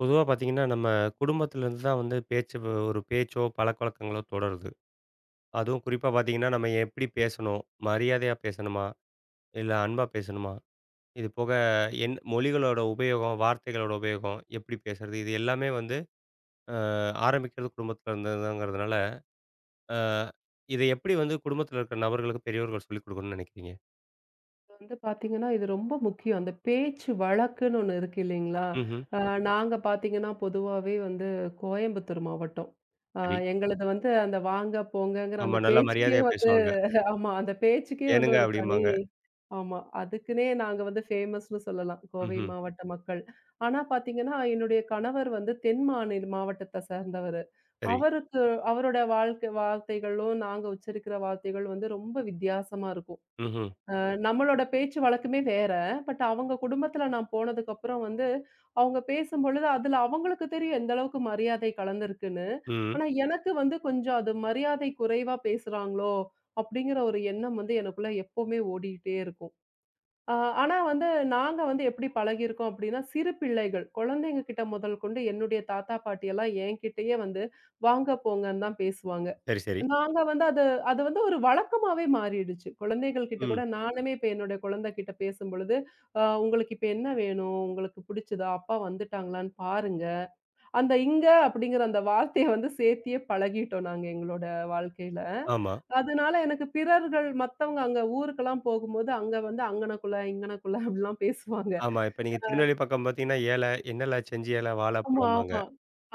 பொதுவா பார்த்தீங்கன்னா, நம்ம குடும்பத்திலேருந்து தான் வந்து பேச்சு ஒரு பேச்சோ, பழக்கவழக்கங்களோ தொடருது. அதுவும் குறிப்பா பார்த்தீங்கன்னா, நம்ம எப்படி பேசணும்? மரியாதையா பேசணுமா? இல்ல அன்பா பேசணுமா? இது போக என் மொழிகளோட உபயோகம், வார்த்தைகளோட உபயோகம், எப்படி பேசுறது? இது எல்லாமே வந்து அ ஆரம்பிக்கிறது குடும்பத்தில இருந்துதாங்கிறதுனால, அ இத எப்படி வந்து குடும்பத்தில இருக்கிற நபர்களுக்கு பெரியவர்கள் சொல்லிக் கொடுக்கணும்னு நினைக்கிறீங்க? வந்து பார்த்தீங்கன்னா, இது ரொம்ப முக்கியம். அந்த பேச்சு வழக்குன்னு ஒண்ணு இருக்கு இல்லைங்களா? ம்ஹ்ம். அ நாங்க பார்த்தீங்கன்னா, பொதுவாவே வந்து கோயம்புத்தூர் மாவட்டம். அ சரி. எங்களது வந்து அந்த வாங்க, போங்கங்கிற ஆமா. அந்த நல்லா பேச்சுக்கே மரியாதையா வந்து பேசுவாங்க. ஆமா. அந்த பேச்சுக்கே வந்து "ஏனுங்க" ஒரு தனி அப்படிம்பாங்க. ஆமா. அதுக்குன்னே நாங்க வந்து ஃபேமஸ்ன்னு சொல்லலாம். கோவை ம்ஹ்ம். மாவட்ட மக்கள். ஆனா பார்த்தீங்கன்னா, என்னுடைய கணவர் வந்து தென் மாநில மாவட்டத்த சேர்ந்தவரு. சரி. அவருக்கு அவரோட வாழ்க்கை வார்த்தைகளும், நாங்க உச்சரிக்கிற வார்த்தைகள் வந்து ரொம்ப வித்தியாசமா இருக்கும். ம்ஹ்ம். அ நம்மளோட பேச்சு வழக்கமே வேற. பட் அவங்க குடும்பத்துல நான் போனதுக்கப்புறம் வந்து, அவங்க பேசும்பொழுது அதுல அவங்களுக்கு தெரியும் எந்த அளவுக்கு மரியாதை கலந்திருக்குன்னு. ம். ஆனா எனக்கு வந்து கொஞ்சம் அது மரியாதை குறைவா பேசுறாங்களோ! அப்படிங்கிற ஒரு எண்ணம் வந்து எனக்குள்ள எப்பவுமே ஓடிட்டே இருக்கும். அ ஆனா வந்து நாங்க வந்து எப்படி பழகியிருக்கோம் அப்படின்னா, சிறு பிள்ளைகள், குழந்தைங்க கிட்ட முதல் கொண்டு என்னுடைய தாத்தா, பாட்டியெல்லாம் என்கிட்டயே வந்து வாங்க, போங்கன்னு தான் பேசுவாங்க. சரி, சரி. நாங்க வந்து அது அது வந்து ஒரு வழக்கமாவே மாறிடுச்சு. குழந்தைகள் கிட்ட ம். கூட நானுமே இப்ப என்னோட குழந்தை கிட்ட பேசும்பொழுது, உங்களுக்கு இப்ப என்ன வேணும்? உங்களுக்கு புடிச்சதா? அப்பா வந்துட்டாங்களான்னு பாருங்க." அந்த "இங்க" அப்படிங்கிற அந்த வார்த்தைய வந்து சேர்த்தியே பழகிட்டோம் நாங்க எங்களோட வாழ்க்கையில. ஆமா. அதனால எனக்கு பிறர்கள் மத்தவங்க அங்க ஊருக்கெல்லாம் போகும்போது, அங்க வந்து அங்கனக்குள்ள, இங்கனக்குள்ள அப்படிலாம் பேசுவாங்க. ஆமா. இப்ப நீங்க திருநெல்வேலி பக்கம் பாத்தீங்கன்னா, ஏல, என்னல, செஞ்சு ஏல, ஆமா, வாழைப்பழம்பாங்க. ஆமா,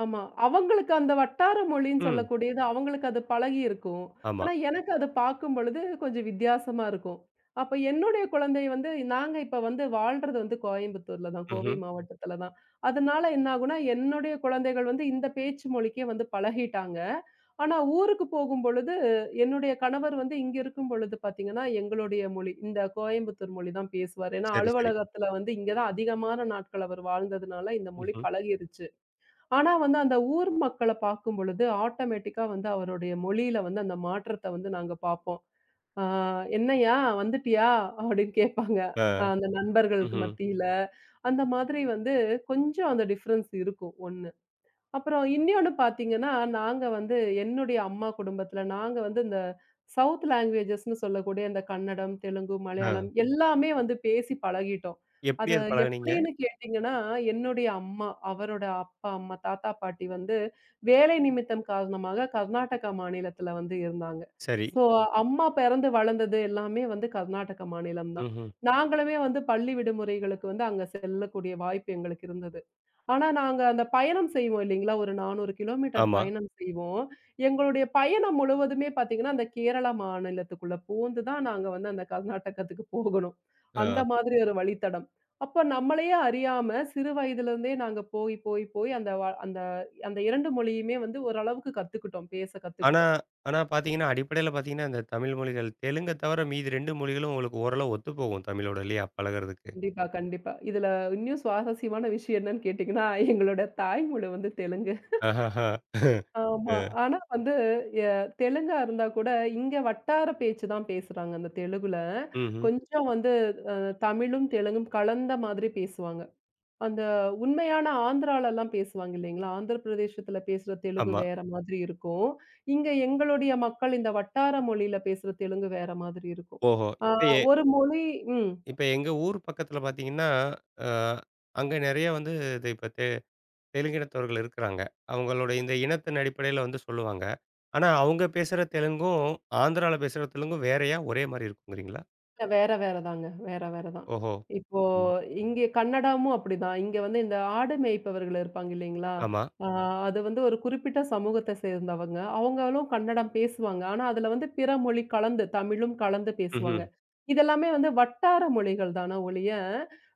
ஆமா. அவங்களுக்கு அந்த வட்டார மொழின்னு ம். சொல்லக்கூடியது அவங்களுக்கு அது பழகியிருக்கும். ஆமா. ஆனா எனக்கு அது பார்க்கும்பொழுது கொஞ்சம் வித்தியாசமா இருக்கும். அப்ப என்னுடைய குழந்தை வந்து நாங்க இப்ப வந்து வாழ்றது வந்து கோயம்புத்தூர்ல தான், கோவை ம்ஹ்ம். மாவட்டத்துல தான். அதனால என்ன ஆகும்னா, என்னுடைய குழந்தைகள் வந்து இந்த பேச்சு மொழிக்கே வந்து பழகிட்டாங்க. ஆனா ஊருக்கு போகும்பொழுது, என்னுடைய கணவர் வந்து இங்க இருக்கும்பொழுது பார்த்தீங்கன்னா, எங்களுடைய மொழி, இந்த கோயம்புத்தூர் மொழி தான் பேசுவாரு. ஏன்னா சரி, சரி. அலுவலகத்துல வந்து இங்க தான் அதிகமான நாட்கள் அவர் வாழ்ந்ததுனால இந்த மொழி ம்ஹ்ம். பழகிருச்சு. ஆனா வந்து அந்த ஊர் மக்கள பார்க்கும் பொழுது, ஆட்டோமேட்டிக்கா வந்து அவருடைய மொழியில வந்து அந்த மாற்றத்த வந்து நாங்க பார்ப்போம். ஆ "என்னய்யா வந்துட்டியா?" அப்படின்னு கேட்பாங்க. ஆ. அந்த நண்பர்களுக்கு ம்ஹ்ம். மத்தியில. அந்த மாதிரி வந்து கொஞ்சம் அந்த டிஃபரன்ஸ் இருக்கும். ஒண்ணு. அப்புறம் இன்னொன்னு பார்த்தீங்கன்னா, நாங்க வந்து என்னுடைய அம்மா குடும்பத்தில நாங்க வந்து இந்த சவுத் லாங்குவேஜஸ்ன்னு சொல்லக்கூடிய இந்த கன்னடம், தெலுங்கு, ஆ. மலையாளம் எல்லாமே வந்து பேசி பழகிட்டோம். எப்படி அத அது பழகுனீங்க? எப்படின்னு கேட்டீங்கன்னா, என்னுடைய அம்மா, அவரோட அப்பா, அம்மா, தாத்தா, பாட்டி வந்து வேலை நிமித்தம் காரணமாக கர்நாடகா மாநிலத்தில வந்து இருந்தாங்க. சரி. ஸோ அம்மா பிறந்து வளர்ந்தது எல்லாமே வந்து கர்நாடக மாநிலம் தான். ம்ஹ்ம். நாங்களுமே வந்து பள்ளி விடுமுறைகளுக்கு வந்து அங்க செல்லக்கூடிய வாய்ப்பு எங்களுக்கு இருந்தது. ஆனா நாங்க அந்த பயணம் செய்வோம் இல்லைங்களா? ஒரு 400 கிலோமீட்டர் ஆமா. பயணம் செய்வோம். எங்களுடைய பயணம் முழுவதுமே பார்த்தீங்கன்னா, அந்த கேரளா மாநிலத்துக்குள்ள பூந்து தான் நாங்க வந்து அந்த கர்நாடகத்துக்கு போகணும். அந்த ஆ. மாதிரி ஒரு வழித்தடம். அப்ப நம்மளையே அறியாம சிறு வயதிலிருந்தே நாங்க போய், போய், போய் அந்த வ அந்த அந்த 2 மொழியுமே வந்து ஓரளவுக்கு கத்துக்கிட்டோம். பேச ஆனா கத்துக்கிட்டோம். ஆனா பாத்தீங்கன்னா, அடிப்படையில பாத்தீங்கன்னா, இந்த தமிழ் மொழிகள் தெலுங்க தவிர மீதி 2 மொழிகளும் உங்களுக்கு ஓரளவு ஒத்துப்போகும் தமிழோட இல்லையா? பழகுறதுக்கு. கண்டிப்பா, கண்டிப்பா. இதுல இன்னும் சுவாரஸ்யமான விஷயம் என்னன்னு கேட்டீங்கன்னா, எங்களோட தாய்மொழி வந்து தெலுங்கு. ஆஹஹா. ஆமா. அ. ஆனா வந்து எ தெலுங்கா இருந்தா கூட, இங்க வட்டார பேச்சு தான் பேசுறாங்க அந்த தெலுகுல. ம்ஹ்ம். கொஞ்சம் வந்து அ தமிழும், தெலுங்கும் கலந்த மாதிரி பேசுவாங்க. அந்த உண்மையான ஆந்திராலலாம் பேசுவாங்க இல்லைங்களா? ஆந்திர பிரதேசத்துல பேசுற தெலுங்கு ஆமா. வேற மாதிரி இருக்கும். இங்க எங்களுடைய மக்கள் இந்த வட்டார மொழியில பேசுற தெலுங்கு வேற மாதிரி இருக்கும். ஓஹோ! ஆ ஒரு மொழி ம். இப்ப எங்க ஊர் பக்கத்துல பாத்தீங்கன்னா, அ அங்க நெறைய வந்து இது இப்ப தெலுங்கினத்தவர்கள் இருக்கிறாங்க. அவங்களோட இந்த இனத்தின் அடிப்படையில வந்து சொல்லுவாங்க. ஆனா அவங்க பேசுற தெலுங்கும், ஆந்திரால பேசுற தெலுங்கும் வேறயா? ஒரே மாரி இருக்குங்கிறீங்களா? இல்ல வேற வேற தாங்க. வேற வேற தான். ஓஹோ! இப்போ ம். இங்கே கன்னடாமும் அப்படிதான். இங்க வந்து இந்த ஆடு மேய்ப்பவர்கள் இருப்பாங்க இல்லைங்களா? ஆமா. ஆ அது வந்து ஒரு குறிப்பிட்ட சமூகத்த சேர்ந்தவங்க. அவங்களும் கன்னடம் பேசுவாங்க. ஆனா அதுல வந்து பிற மொழி கலந்து, தமிழும் கலந்து பேசுவாங்க. ம்ஹ்ம். இதெல்லாமே வந்து வட்டார மொழிகள் தான ஒழிய,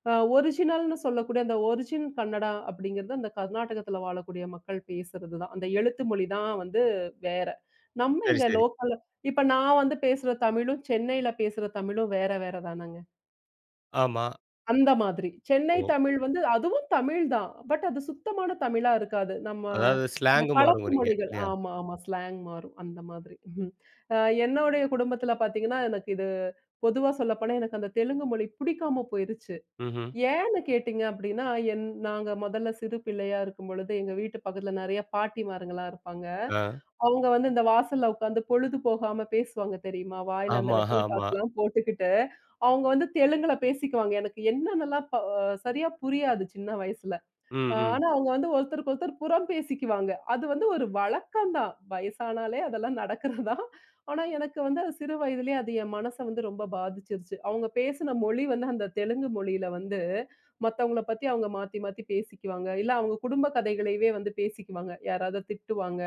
ஒரிஜினல்னு சொல்லக்கூடிய அந்த ஒரிஜின் கன்னடா அப்படிங்கிறது அந்த கர்நாடகத்துல வாழக்கூடிய மக்கள் பேசுறது தான். அந்த எழுத்து மொழி தான் வந்து வேற. நம்ம சரி, இங்க சரி. லோக்கல் இப்ப நான் வந்து பேசுற தமிழும், சென்னையில பேசுற தமிழும் வேற வேற தானங்க. ஆமா. அந்த மாதிரி. சென்னை ஓ! தமிழ் வந்து அதுவும் தமிழ் தான். பட் அது சுத்தமான தமிழா இருக்காது. நம்ம அதாவது இந்த ஸ்லாங் கலப்பு மாறுங்கிறீங்க மொழிகள். இல்லையா? ஆமா, ஆமா. ஸ்லாங் மாறும். அந்த மாதிரி. அ என்னுடைய குடும்பத்தில பார்த்தீங்கன்னா, எனக்கு இது பொதுவா சொல்லப்போனா எனக்கு அந்த தெலுங்கு மொழி பிடிக்காம போயிருச்சு. ம்ஹ்ம். ஏன்னு கேட்டீங்க அப்படின்னா, நாங்க முதல்ல சிறு பிள்ளையா இருக்கும்பொழுது, எங்க வீட்டு பக்கத்தில நெறைய பாட்டிமாருங்கலாம் இருப்பாங்க. ஆ. அவங்க வந்து இந்த வாசல்ல உட்காந்து பொழுது போகாம பேசுவாங்க தெரியுமா? வாயில அந்த ஆமா, வெத்தல ஆமா. பாக்குலாம் போட்டுக்கிட்டு, அவங்க வந்து தெலுங்குல பேசிக்குவாங்க. எனக்கு என்னன்னலாம் ப சரியா புரியாது சின்ன வயசுல. ம், ம். ஆனா அவங்க வந்து ஒருத்தருக்கு ஒருத்தர் புறம் பேசிக்குவாங்க. அது வந்து ஒரு வழக்கம் தான். வயசானாலே அதெல்லாம் நடக்கிறது தான். ஆனா எனக்கு வந்து அது சிறு வயதிலேயே அது என் மனச வந்து ரொம்ப பாதிச்சிருச்சு. அவங்க பேசின மொழி வந்து அந்த தெலுங்கு மொழியில வந்து மத்தவங்கள பத்தி அவங்க மாத்தி மாத்தி பேசிக்குவாங்க. இல்ல அவங்க குடும்ப கதைகளையவே வந்து பேசிக்குவாங்க. யாராவது திட்டுவாங்க.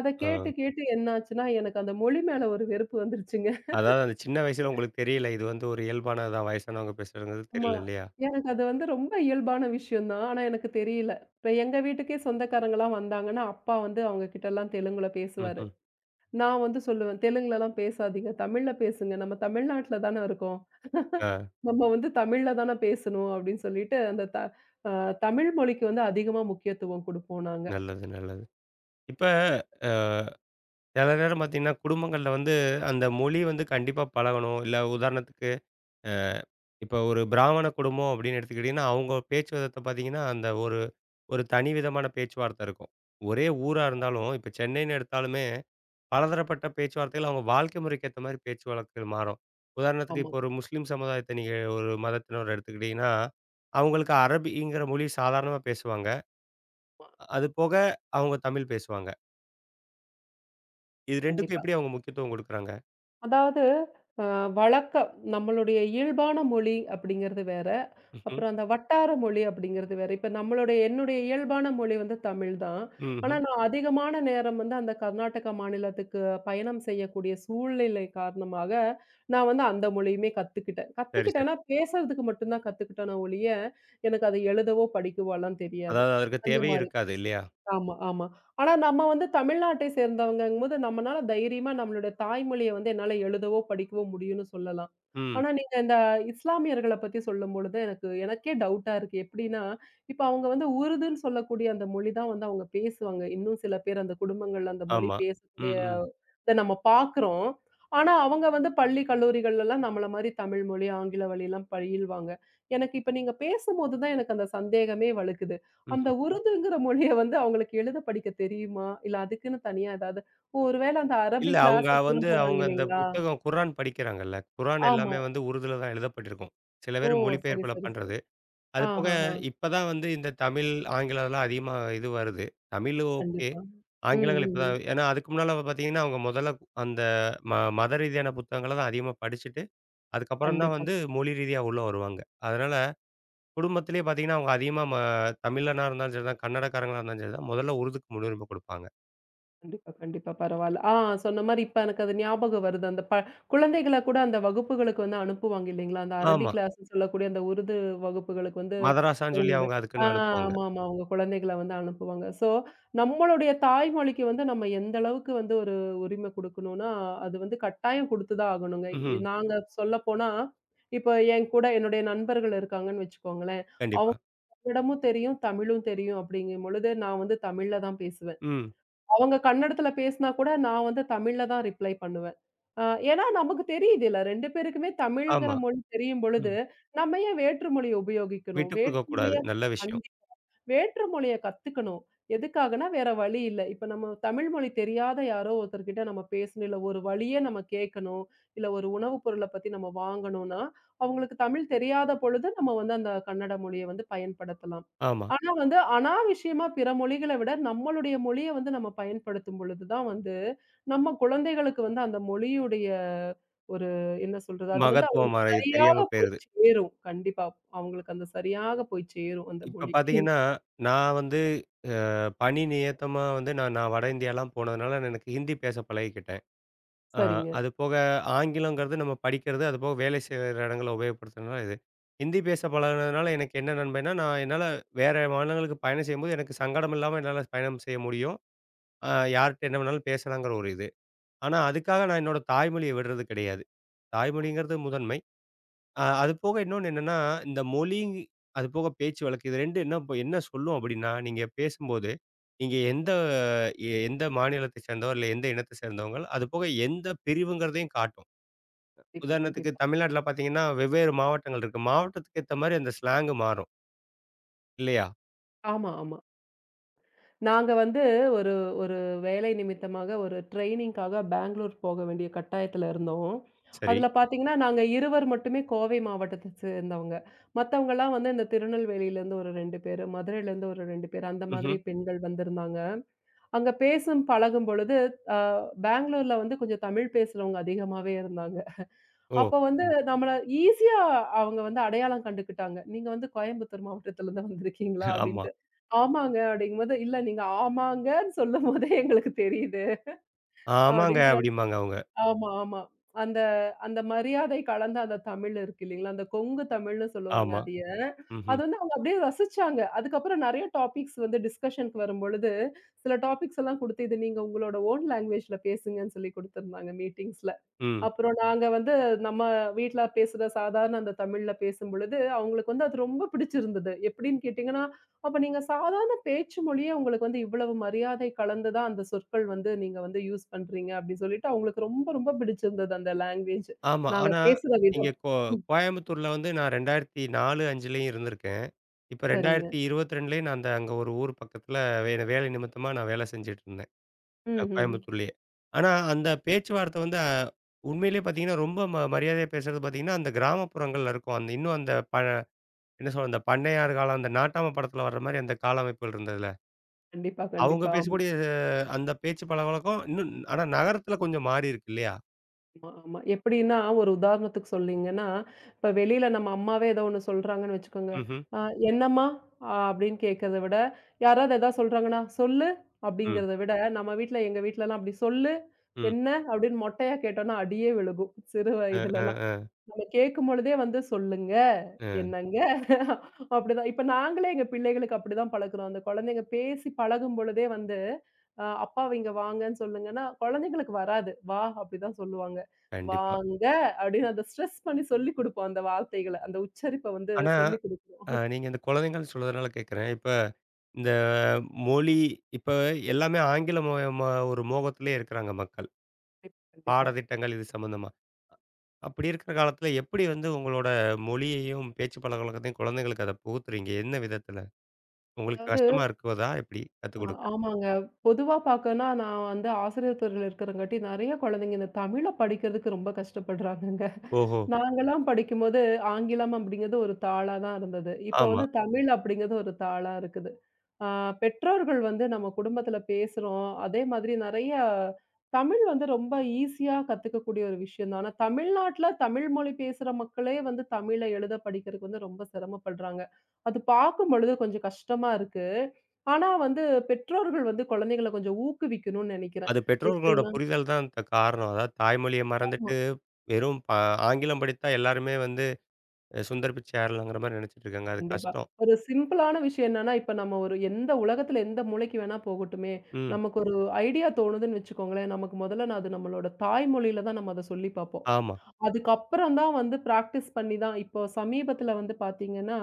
அத ஆ. கேட்டு, கேட்டு என்னாச்சுன்னா, எனக்கு அந்த மொழி மேல ஒரு வெறுப்பு வந்துருச்சுங்க. அதாவது அந்த சின்ன வயசுல உங்களுக்கு தெரியல. இது வந்து ஒரு இயல்பானது தான். வயசானவங்க பேசுறதுங்கிறது ஆமா. தெரியல இல்லையா? எனக்கு அது வந்து ரொம்ப இயல்பான விஷயம் தான். ஆனா எனக்கு தெரியல. இப்ப எங்க வீட்டுக்கே சொந்தக்காரங்கலாம் வந்தாங்கன்னா, அப்பா வந்து அவங்க கிட்டலாம் தெலுங்குல பேசுவாரு. ம்ஹ்ம். நான் வந்து சொல்லுவேன், "தெலுங்குலலாம் பேசாதீங்க. தமிழ்ல பேசுங்க. நம்ம தமிழ்நாட்டுல தான இருக்கோம். ஆ. நம்ம வந்து தமிழ்ல தான பேசணும்." அப்படின்னு சொல்லிட்டு, அந்த த அ தமிழ் மொழிக்கு வந்து அதிகமா முக்கியத்துவம் குடுப்போம் நாங்க. நல்லது, நல்லது. இப்ப அ சில நேரம் பார்த்தீங்கன்னா, குடும்பங்கள்ல வந்து அந்த மொழி வந்து கண்டிப்பா பழகணும். இல்ல உதாரணத்துக்கு, அ இப்ப ஒரு பிராமண குடும்பம் அப்படின்னு எடுத்துக்கிட்டீங்கன்னா, அவங்க பேச்சு விதத்த பார்த்தீங்கன்னா, அந்த ஒரு ஒரு தனி விதமான பேச்சுவார்த்தை இருக்கும். ஒரே ஊரா கண்டிப்பா. இருந்தாலும், இப்ப சென்னைன்னு எடுத்தாலுமே, பலதரப்பட்ட பேச்சுவார்த்தைகள் அவங்க வாழ்க்கை முறைக்கு ஏத்த மாரி பேச்சு வழக்குகள் மாறும். உதாரணத்துக்கு, ஆமா, இப்போ ஒரு முஸ்லீம் சமுதாயத்தை நீங்க ஒரு மதத்தினர் எடுத்துக்கிட்டீங்கன்னா, அவங்களுக்கு அரபிங்கிற மொழி சாதாரணமா பேசுவாங்க. ஆமா. அது போக அவங்க தமிழ் பேசுவாங்க. இது 2க்கும் கண்டிப்பா. எப்படி அவங்க முக்கியத்துவம் குடுக்குறாங்க? அதாவது அ வழக்கம் நம்மளுடைய இயல்பான மொழி அப்படிங்கிறது வேற. ம்ஹ்ம். அப்புறம் அந்த வட்டார மொழி அப்படிங்கிறது வேற. இப்ப நம்மளுடைய என்னுடைய இயல்பான மொழி வந்து தமிழ் தான். ஆனா, ம். நான் அதிகமான நேரம் வந்து அந்த கர்நாடக மாநிலத்துக்கு பயணம் செய்யக்கூடிய சூழ்நிலை காரணமாக, நான் வந்து அந்த மொழியுமே கத்துக்கிட்டேன். சரி, சரி. கத்துக்கிட்டேன்னா, பேசுறதுக்கு மட்டும் தான் கத்துக்கிட்டேனே ஒழிய, எனக்கு அதை எழுதவோ, படிக்கவோலாம் தெரியாது. அதாவது அதற்கு அந்த தேவையும் மாரி. இருக்காது இல்லையா? ஆமா, ஆமா. ஆனா நம்ம வந்து தமிழ்நாட்டை சேர்ந்தவங்கங்கும்போது, நம்மனால தைரியமா நம்மளுடைய தாய்மொழிய வந்து என்னால எழுதவோ, படிக்கவோ முடியும்னு சொல்லலாம். ம். ஆனா நீங்க இந்த இஸ்லாமியர்கள பத்தி சொல்லும்பொழுது, எனக்கு எனக்கே டவுட்டா இருக்கு. எப்படின்னா, இப்ப அவங்க வந்து உருதுன்னு சொல்லக்கூடிய அந்த மொழி தான் வந்து அவங்க பேசுவாங்க. இன்னும் சில பேர் அந்த குடும்பங்கள்ல அந்த மொழி ஆமா. ம், பேசக்கூடிய ம், இத நம்ம பார்க்குறோம். ஆனா அவங்க வந்து பள்ளி, கல்லூரிகள்லலாம் நம்மள மாரி தமிழ் மொழி, ஆங்கில வழிலாம் பயில்வாங்க. எனக்கு இப்ப நீங்க பேசும்போது தான் எனக்கு அந்த சந்தேகமே வலுக்குது. அந்த ம்ஹ்ம். உருதுங்கிற மொழிய வந்து அவங்களுக்கு எழுத படிக்க தெரியுமா? இல்ல அதுக்குன்னு தனியா ஏதாவது ஓ! ஒருவேள அந்த இல்ல அரபிக் அவங்க கிளாஸஸ் வந்து எல்லாம் போறாங்க அவங்க அந்த இல்லைங்களா? புத்தகம் குர்ஆன் படிக்கிறாங்கல்ல. குர்ஆன் ஆமா. எல்லாமே வந்து உருதுல தான் எழுதப்பட்டிருக்கும். சில ஓ! பேர் சரி, மொழிபெயர்ப்புல சரி, சரி. பண்றது. அது போக ஆஹஹா. இப்ப தான் வந்து இந்த தமிழ், ஆங்கிலம்லாம் அதிகமா இது வருது. தமிழ் ஓகே. கண்டிப்பா. ம், ஆங்கிலங்கள் ம், இப்ப தான் ம். ஏன்னா அதுக்கு முன்னால பார்த்தீங்கன்னா, அவங்க முதல்ல அந்த ம மத ரீதியான புத்தகங்கள தான் அதிகமா படிச்சுட்டு, அதுக்கப்புறம் தான் கண்டிப்பா. வந்து மொழி ரீதியா உள்ள வருவாங்க. அதனால குடும்பத்திலேயே பார்த்தீங்கன்னா, அவங்க அதிகமா தமிழனா இருந்தாலும் சரிதான், கன்னடக்காரங்களா இருந்தாலும் சரிதான், முதல்ல உருதுக்கு முன்னுரிமை குடுப்பாங்க. கண்டிப்பா, கண்டிப்பா. பரவால்ல. சொன்ன மாரி இப்ப எனக்கு அது ஞாபகம் வருது. அந்த குழந்தைகள கூட அந்த வகுப்புகளுக்கு வந்து அனுப்புவாங்க இல்லைங்களா? அந்த அரபி ஆமா. கிளாஸ்ன்னு சொல்லக்கூடிய அந்த உருது வகுப்புகளுக்கு வந்து மதராஸான்னு சொல்லி அவங்களோட அவங்க ஆ அதுக்குன்னு அனுப்புவாங்க. ஆமாமா. அவங்க குழந்தைகள வந்து அனுப்புவாங்க. ஸோ, நம்மளுடைய தாய்மொழிக்கு வந்து நம்ம எந்த அளவுக்கு வந்து ஒரு உரிமை குடுக்கணும்னா, அது வந்து கட்டாயம் குடுத்து தான் ஆகணுங்க. ம்ஹ்ம். நாங்க சொல்லப்போனா, இப்ப என் கூட என்னுடைய நண்பர்கள் இருக்காங்கன்னு வச்சுக்கோங்களேன். கண்டிப்பா. அவங்களிடமும் தெரியும், தமிழும் தெரியும் அப்படிங்கும் பொழுது நான் வந்து தமிழ்ல தான் பேசுவேன். ம். அவங்க கன்னடத்துல பேசினா கூட நான் வந்து தமிழ்ல தான் ரிப்ளை பண்ணுவேன். அ ஏன்னா நமக்கு தெரியுதுல்ல 2 பேருக்குமே தமிழ்ங்கிற ஆமா. மொழி தெரியும் பொழுது, ம். நம்ம ஏன் வேற்று மொழிய உபயோகிக்கணும்? விட்டு வேற்று குடுக்கக்கூடாது. மொழிய நல்ல விஷயம். கண்டிப்பா. வேற்று மொழிய கத்துக்கணும். எதுக்காகன்னா, வேற வழி இல்ல. இப்ப நம்ம தமிழ் மொழி தெரியாத யாரோ ஒருத்தர்கிட்ட நம்ம பேசணும், இல்ல ஒரு வழியே நம்ம கேட்கணும், இல்ல ஒரு உணவு பொருள பத்தி நம்ம வாங்கணும்னா, அவங்களுக்கு தமிழ் தெரியாத பொழுது நம்ம வந்து அந்த கன்னட மொழிய வந்து பயன்படுத்தலாம். ஆமா. ஆனா வந்து அனாவசியமா பிற மொழிகள விட நம்மளுடைய மொழிய வந்து நம்ம பயன்படுத்தும் பொழுது தான் வந்து, நம்ம குழந்தைகளுக்கு வந்து அந்த மொழியுடைய ஒரு என்ன சொல்றது? அது வந்து மகத்துவம் அவங்களுக்கு மறை சரியாக தெரியாம போய் போயிருது. சேரும். கண்டிப்பா. அவங்களுக்கு அந்த சரியாக போய் சேரும் அந்த இப்ப மொழி. பார்த்தீங்கன்னா, நான் வந்து பணி நியத்தமா வந்து நான் நான் வட இந்தியாலாம் போனதுனால எனக்கு ஹிந்தி பேச பழகிக்கிட்டேன். ஆ, சரிங்க. அது போக ஆங்கிலங்கிறது நம்ம படிக்கிறது, அது போக வேலை செய்ற இடங்கள்ல உபயோகப்படுத்துறதுனால இது. ஹிந்தி பேச பழகுனதுனால எனக்கு என்ன நன்மைன்னா, நான் என்னால வேற மாநிலங்களுக்கு பயணம் செய்யும்போது எனக்கு சங்கடம் இல்லாம என்னால பயணம் செய்ய முடியும். யார்ட்ட என்ன வேணாலும் பேசலாங்கிற ஒரு இது. ஆனா அதுக்காக நான் என்னோட தாய்மொழிய விடுறது கிடையாது. தாய்மொழிங்கிறது முதன்மை. அது போக இன்னொன்னு என்னன்னா, இந்த மொழி, அது போக பேச்சு வழக்கு இது 2 என்ன என்ன சொல்லும் அப்படின்னா, நீங்க பேசும்போது, நீங்க எந்த எந்த மாநிலத்தை சேர்ந்தவர், இல்ல எந்த இனத்தை சேர்ந்தவங்க, அது போக எந்த பிரிவுங்கிறதையும் காட்டும். கண்டிப்பா, உதாரணத்துக்கு கண்டிப்பா. தமிழ்நாட்டுல பார்த்தீங்கன்னா, வெவ்வேறு மாவட்டங்கள் இருக்கு. மாவட்டத்துக்கு ஏத்த மாரி அந்த ஸ்லாங்கு மாறும். இல்லையா? ஆமா, ஆமா. நாங்க வந்து ஒரு ஒரு வேலை நிமித்தமாக ஒரு ட்ரெய்னிங்காக பெங்களூர் போக வேண்டிய கட்டாயத்துல இருந்தோம். சரி. அதுல பாத்தீங்கன்னா, நாங்க இருவர் மட்டுமே கோவை மாவட்டத்த சேர்ந்தவங்க. மத்தவங்கலாம் வந்து இந்த திருநெல்வேலியிலேருந்து ஒரு 2 பேரு, மதுரையிலேருந்து ஒரு 2 பேரு, அந்த ம்ஹ்ம். மாதிரி பெண்கள் வந்திருந்தாங்க. அங்க பேசும் பழகும் பொழுது, அ பெங்களூர்ல வந்து கொஞ்சம் தமிழ் பேசுறவங்க அதிகமாவே இருந்தாங்க. ஓ! அப்ப வந்து ம். நம்மள ஈஸியா அவங்க வந்து அடையாளம் கண்டுக்கிட்டாங்க. "நீங்க வந்து கோயம்புத்தூர் மாவட்டத்துல இருந்து வந்திருக்கீங்களா?" ஆமா. அப்படின்ட்டு. "ஆமாங்க" அப்படிங்கும்போது, "இல்ல நீங்க ஆமாங்கன்னு சொல்லும்போதே எங்களுக்கு தெரியுது" ஆமாங்க அப்படின்ட்டு. அப்படிம்பாங்க அவங்க. ஆமா, ஆமா. அந்த அந்த மரியாதை கலந்த அந்த தமிழ் இருக்கு இல்லீங்களா? அந்த கொங்கு தமிழ்ன்னு சொல்லுவாங்க ஆமா. அதைய. அது ம்ஹ்ம். வந்து அவங்க அப்படியே ரசிச்சாங்க. அதுக்கப்புறம் நெறைய டாபிக்ஸ் வந்து டிஸ்கஷனுக்கு வரும்பொழுது, சில டாபிக்ஸ் எல்லாம் குடுத்து, "இது நீங்க உங்களோட ஓன் லேங்குவேஜ்ல பேசுங்கன்னு" சொல்லி குடுத்திருந்தாங்க மீட்டிங்ஸ்ல. ம். அப்புறம் நாங்க வந்து நம்ம வீட்ல பேசுற சாதாரண அந்த தமிழ்ல பேசும்பொழுது, அவங்களுக்கு வந்து அது ரொம்ப பிடிச்சிருந்தது. எப்படின்னு கேட்டீங்கன்னா, அப்ப நீங்க சாதாரண பேச்சு மொழியே உங்களுக்கு வந்து இவ்வளவு மரியாதை கலந்ததா அந்த சொற்கள் வந்து நீங்க வந்து யூஸ் பண்றீங்க அப்படின்னு சொல்லிட்டு அவங்களுக்கு ரொம்ப, ரொம்ப பிடிச்சிருந்தது அந்த லாங்குவேஜ். ஆமா. நாங்க ஆனா, பேசுற நீங்க விதம். ம். கோயம்புத்தூர்ல வந்து நான் 2004, 5லயும் இருந்திருக்கேன். இப்ப சரிங்க. 2022லயும் நான் அந்த அங்க ஒரு ஊர் பக்கத்துல வேலை நிமித்தமா நான் வேலை செஞ்சுட்டு இருந்தேன். ம், ம். கோயம்புத்தூர்லயே. ஆனா, அந்த பேச்சுவார்த்தை வந்து உண்மையிலேயே பார்த்தீங்கன்னா, ரொம்ப மரியாதையா பேசுறது பார்த்தீங்கன்னா, அந்த கிராமப்புறங்கள்ல இருக்கும். அந்த இன்னும் அந்த என்ன சொல்றது? அந்த பண்ணையார் காலம், அந்த நாட்டாம படத்துல வர்ற மாரி அந்த கால அமைப்புகள் இருந்ததுல. கண்டிப்பா, அவங்க கண்டிப்பா. பேசக்கூடிய அந்த பேச்சு பழக்கவழக்கம் இன்னும் ஆனா நகரத்துல கொஞ்சம் மாறி இருக்கு இல்லையா? ஆமா, ஆமா. எப்படின்னா, ஒரு உதாரணத்துக்கு சொன்னீங்கன்னா, இப்ப வெளியில நம்ம அம்மாவே ஏதோ ஒண்ணு சொல்றாங்கன்னு வச்சுக்கோங்க. ம்ஹ்ம். "அ என்னம்மா?" அப்படின்னு கேட்கிறத விட, யாராவது ஏதாவது சொல்றாங்கன்னா, "சொல்லு" ம். அப்படிங்கிறத விட, நம்ம வீட்ல எங்க வீட்லலாம் அப்படி "சொல்லு, ம். என்ன?" அப்படின்னு மொட்டையா கேட்டோம்னா, அடியே விழுகும். சிறு அ, அ, வயதிலலாம். அ, நம்ம கேட்கும்பொழுதே வந்து சொல்லுங்க, அ. என்னங்க அப்படிதான். இப்ப நாங்களே எங்க பிள்ளைகளுக்கு அப்படிதான் பழக்குறோம். அந்த குழந்தைங்க பேசி பழகும்பொழுதே வந்து, "அப்பா இங்க வாங்கன்னு சொல்லுங்கன்னா" குழந்தைங்களுக்கு வராது. "வா" அப்படிதான் சொல்லுவாங்க. கண்டிப்பா. "வாங்க" அப்படின்னு அந்த ஸ்ட்ரெஸ் பண்ணி சொல்லிக் குடுப்போம் அந்த வார்த்தைகள. அந்த உச்சரிப்ப வந்து ஆனா, சொல்லிக் குடுக்கிறோம். நீங்க இந்த குழந்தைங்கள்னு சொல்றதுனால கேட்கிறேன். இப்ப இந்த மொழி இப்ப எல்லாமே ஆங்கில மொ மொ ஒரு மோகத்திலே இருக்கிறாங்க மக்கள். கண்டிப்பா. கண்டிப்பா. பாடத்திட்டங்கள் இது சம்மந்தமா. அப்படி இருக்கிற காலத்துல எப்படி வந்து உங்களோட மொழியையும், பேச்சு பழக்கவழக்கத்தையும் குழந்தைகளுக்கு அத புகுத்துறீங்க? என்ன விதத்துல? உங்களுக்கு அதாவது கஷ்டமா இருக்குதா எப்படி அ கத்துக் குடுக்க? ஆமாங்க. பொதுவா பார்க்கன்னா, நான் வந்து ஆசிரியர் துறையில இருக்கிறங்காட்டி, நெறைய குழந்தைங்க இந்த தமிழ படிக்கிறதுக்கு ரொம்ப கஷ்டப்படுறாங்கங்க. ஓஹோ! நாங்கலாம் படிக்கும்போது, ஆங்கிலம் அப்படிங்கிறது ஒரு தாளா தான் இருந்தது. இப்போ ஆமா. வந்து தமிழ் அப்படிங்கிறது ஒரு தாளா இருக்குது. ஆ பெற்றோர்கள் வந்து நம்ம குடும்பத்தில பேசுறோம். அதே மாதிரி நெறைய தமிழ் வந்து ரொம்ப ஈஸியா கத்துக்கக்கூடிய ஒரு விஷயம் தான். ஆனா, தமிழ்நாட்ல தமிழ் மொழி பேசுற மக்களே வந்து தமிழ எழுத படிக்கிறதுக்கு வந்து ரொம்ப சிரமப்படுறாங்க. அது பார்க்கும் பொழுது கொஞ்சம் கஷ்டமா இருக்கு. ஆனா வந்து பெற்றோர்கள் வந்து குழந்தைகள கொஞ்சம் ஊக்குவிக்கணும்னு நெனைக்கிறேன். அது பெற்றோர்களோட எப்படின்னா புரிதல் தான் காரணம். அதாவது தாய்மொழிய ஆமா. மறந்துட்டு, வெறும் ஆங்கிலம் படித்தா எல்லாருமே வந்து சுந்தர் பிச்சை ஆயிரலாங்கிற மாரி நெனச்சுட்டு இருக்காங்க. அது கண்டிப்பா. கஷ்டம். ஒரு சிம்பிளான விஷயம் என்னன்னா, இப்ப நம்ம ஒரு எந்த உலகத்துல எந்த மூலைக்கு வேணா போகட்டுமே, ம். நமக்கு ஒரு ஐடியா தோணுதுன்னு வச்சுக்கோங்களேன், நமக்கு முதல்ல நான் அது நம்மளோட தாய்மொழியில தான் நம்ம அத சொல்லி பார்ப்போம். ஆமா. அதுக்கப்புறம் தான் வந்து பிராக்டிஸ் பண்ணி தான் இப்போ சமீபத்தில வந்து பார்த்தீங்கன்னா,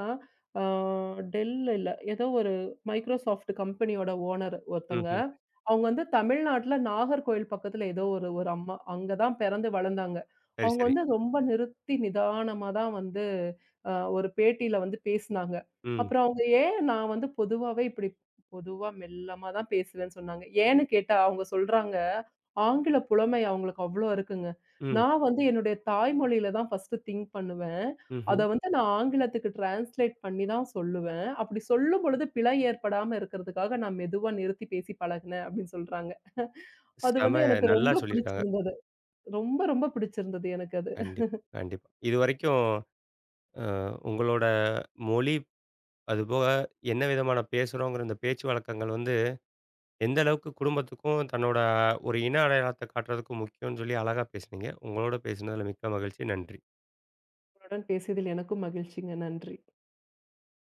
ஆ டெல் இல்ல ஏதோ ஒரு மைக்ரோசாஃப்ட் கம்பெனியோட ஓனர் ஒருத்தங்க. ம்ஹ்ம். அவங்க வந்து தமிழ்நாட்ல நாகர்கோயில் பக்கத்தில ஏதோ ஒரு ஒரு அம்மா. அங்க தான் பிறந்து வளர்ந்தாங்க. சரி, அவங்க சரி. வந்து ரொம்ப நிறுத்தி நிதானமா தான் வந்து அ ஒரு பேட்டியில வந்து பேசினாங்க. ம். அப்புறம் அவங்க ஏன் நான் வந்து பொதுவாவே இப்படி பொதுவா மெல்லமா தான் பேசுவேன்னு சொன்னாங்க. ஏன்னு கேட்டா அவங்க சொல்றாங்க, ஆங்கில புலமை அவங்களுக்கு அவ்வளோ இருக்குங்க. ம். நான் வந்து என்னுடைய தாய்மொழியில தான் ஃபர்ஸ்ட்டு திங்க் பண்ணுவேன். அத ம்ஹ்ம். வந்து நான் ஆங்கிலத்துக்கு டிரான்ஸ்லேட் பண்ணி தான் சொல்லுவேன். அப்படி சொல்லும்பொழுது பிழை ஏற்படாம இருக்கிறதுக்காக நான் மெதுவா நிறுத்தி பேசி பழகுனேன் அப்படின்னு சொல்றாங்க. அது செம வந்து எனக்கு நல்லா ரொம்ப சொல்லியிருக்காங்க. பிடிச்சிருந்தது. ரொம்ப ரொம்ப பிடிச்சிருந்தது எனக்கு அது. கண்டிப்பா, கண்டிப்பா. இதுவரைக்கும் அ உங்களோட மொழி, அதுபோக என்ன விதமான பேசுறோங்கிற இந்த பேச்சு வழக்கங்கள் வந்து, எந்த அளவுக்கு குடும்பத்துக்கும், தன்னோட ஒரு இன அடையாளத்த காட்டுறதுக்கும் முக்கியம்னு சொல்லி அழகா பேசுனீங்க. உங்களோட பேசினதுல மிக்க மகிழ்ச்சி. நன்றி. உங்களுடன் பேசியதில் எனக்கும் மகிழ்ச்சிங்க. நன்றி.